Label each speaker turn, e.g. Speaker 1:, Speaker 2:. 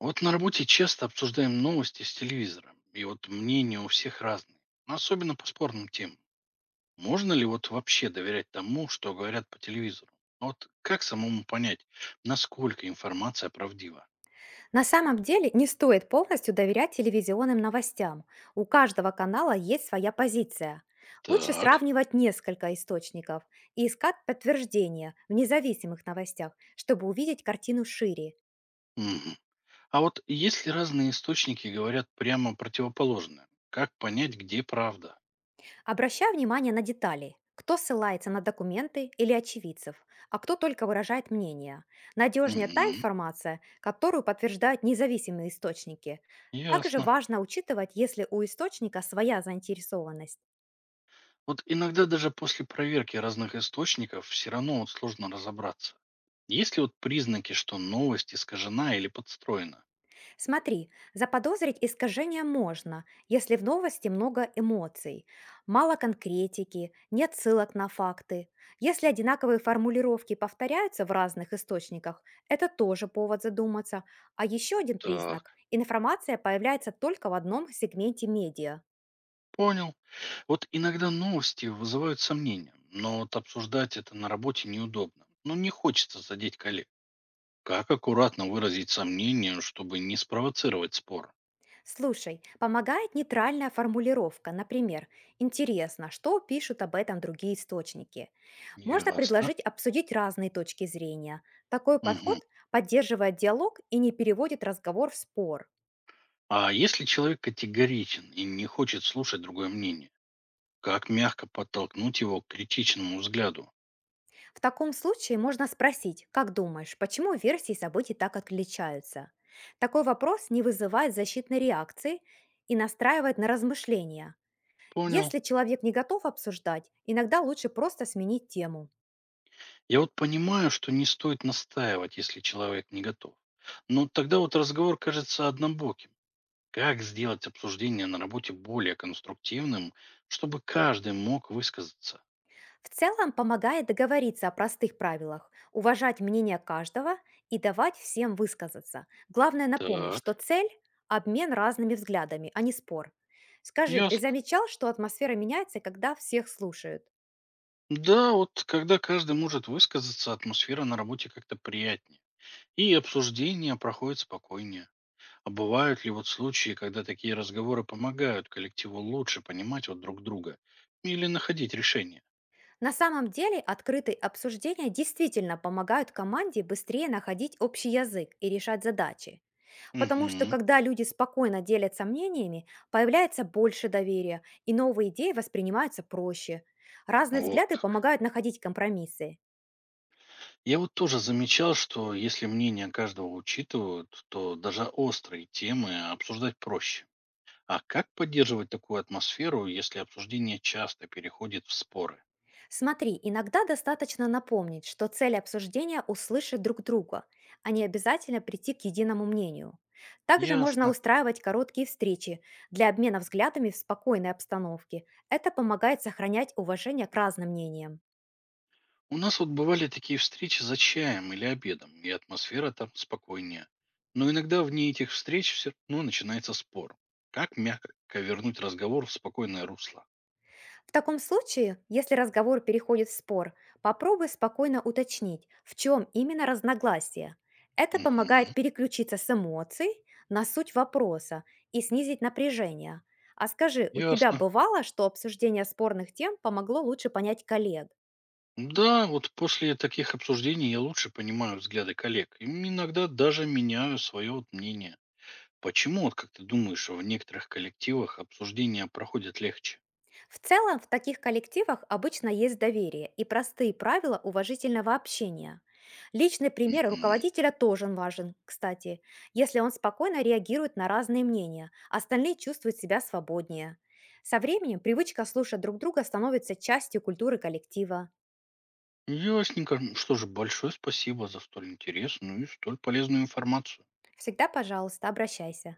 Speaker 1: Вот на работе часто обсуждаем новости с телевизора. И вот мнения у всех разные. Особенно по спорным темам. Можно ли вот вообще доверять тому, что говорят по телевизору? А вот как самому понять, насколько информация правдива?
Speaker 2: На самом деле не стоит полностью доверять телевизионным новостям. У каждого канала есть своя позиция. Лучше
Speaker 1: Так.
Speaker 2: сравнивать несколько источников и искать подтверждения в независимых новостях, чтобы увидеть картину шире.
Speaker 1: Мгм. А вот если разные источники говорят прямо противоположное, как понять, где правда?
Speaker 2: Обращай внимание на детали. Кто ссылается на документы или очевидцев, а кто только выражает мнение. Надежнее та
Speaker 1: Мгм,
Speaker 2: информация, которую подтверждают независимые источники. Также
Speaker 1: ясно.
Speaker 2: важно учитывать, если у источника своя заинтересованность.
Speaker 1: Вот иногда даже после проверки разных источников все равно вот сложно разобраться. Есть ли вот признаки, что новость искажена или подстроена?
Speaker 2: Смотри, заподозрить искажение можно, если в новости много эмоций, мало конкретики, нет ссылок на факты. Если одинаковые формулировки повторяются в разных источниках, это тоже повод задуматься. А еще один
Speaker 1: Так,
Speaker 2: признак– информация появляется только в одном сегменте медиа.
Speaker 1: понял. Вот иногда новости вызывают сомнения, но вот обсуждать это на работе неудобно. Ну, не хочется задеть коллег. Как аккуратно выразить сомнение, чтобы не спровоцировать спор?
Speaker 2: Слушай, помогает нейтральная формулировка, например, «Интересно, что пишут об этом другие источники?» Можно
Speaker 1: Ясно.
Speaker 2: предложить обсудить разные точки зрения. Такой
Speaker 1: Мгм.
Speaker 2: подход поддерживает диалог и не переводит разговор в спор.
Speaker 1: А если человек категоричен и не хочет слушать другое мнение, как мягко подтолкнуть его к критичному взгляду?
Speaker 2: В таком случае можно спросить, как думаешь, почему версии событий так отличаются? Такой вопрос не вызывает защитной реакции и настраивает на размышления.
Speaker 1: Понял.
Speaker 2: Если человек не готов обсуждать, иногда лучше просто сменить тему.
Speaker 1: Я вот понимаю, что не стоит настаивать, если человек не готов. Но тогда вот разговор кажется однобоким. Как сделать обсуждение на работе более конструктивным, чтобы каждый мог высказаться?
Speaker 2: В целом помогает договориться о простых правилах, уважать мнение каждого и давать всем высказаться. Главное напомнить,
Speaker 1: Так,
Speaker 2: что цель– обмен разными взглядами, а не спор. Скажи, ты
Speaker 1: ясно.
Speaker 2: замечал, что атмосфера меняется, когда всех слушают?
Speaker 1: Да, вот когда каждый может высказаться, атмосфера на работе как-то приятнее. И обсуждение проходит спокойнее. А бывают ли вот случаи, когда такие разговоры помогают коллективу лучше понимать вот друг друга или находить решение?
Speaker 2: На самом деле открытые обсуждения действительно помогают команде быстрее находить общий язык и решать задачи. Потому что
Speaker 1: Угу,
Speaker 2: когда люди спокойно делятся мнениями, появляется больше доверия, и новые идеи воспринимаются проще. Разные
Speaker 1: вот
Speaker 2: взгляды
Speaker 1: как.
Speaker 2: помогают находить компромиссы.
Speaker 1: Я вот тоже замечал, что если мнение каждого учитывают, то даже острые темы обсуждать проще. А как поддерживать такую атмосферу, если обсуждение часто переходит в споры?
Speaker 2: Смотри, иногда достаточно напомнить, что цель обсуждения– услышать друг друга, а не обязательно прийти к единому мнению. Также можно
Speaker 1: Ясно.
Speaker 2: устраивать короткие встречи для обмена взглядами в спокойной обстановке. Это помогает сохранять уважение к разным мнениям.
Speaker 1: У нас вот бывали такие встречи за чаем или обедом, и атмосфера там спокойнее. Но иногда вне этих встреч все равно начинается спор. Как мягко вернуть разговор в спокойное русло?
Speaker 2: В таком случае, если разговор переходит в спор, попробуй спокойно уточнить, в чем именно разногласие. Это
Speaker 1: Угу.
Speaker 2: помогает переключиться с эмоций на суть вопроса и снизить напряжение. А скажи, у тебя
Speaker 1: Ясно.
Speaker 2: бывало, что обсуждение спорных тем помогло лучше понять коллег?
Speaker 1: Да, вот после таких обсуждений я лучше понимаю взгляды коллег. И иногда даже меняю свое вот мнение. Почему, вот как ты думаешь, в некоторых коллективах обсуждения проходят легче?
Speaker 2: В целом, в таких коллективах обычно есть доверие и простые правила уважительного общения. Личный пример
Speaker 1: Мгм.
Speaker 2: руководителя тоже важен, кстати. Если он спокойно реагирует на разные мнения, остальные чувствуют себя свободнее. Со временем привычка слушать друг друга становится частью культуры коллектива.
Speaker 1: Ясненько. Что же, большое спасибо за столь интересную и столь полезную информацию.
Speaker 2: Всегда, пожалуйста, обращайся.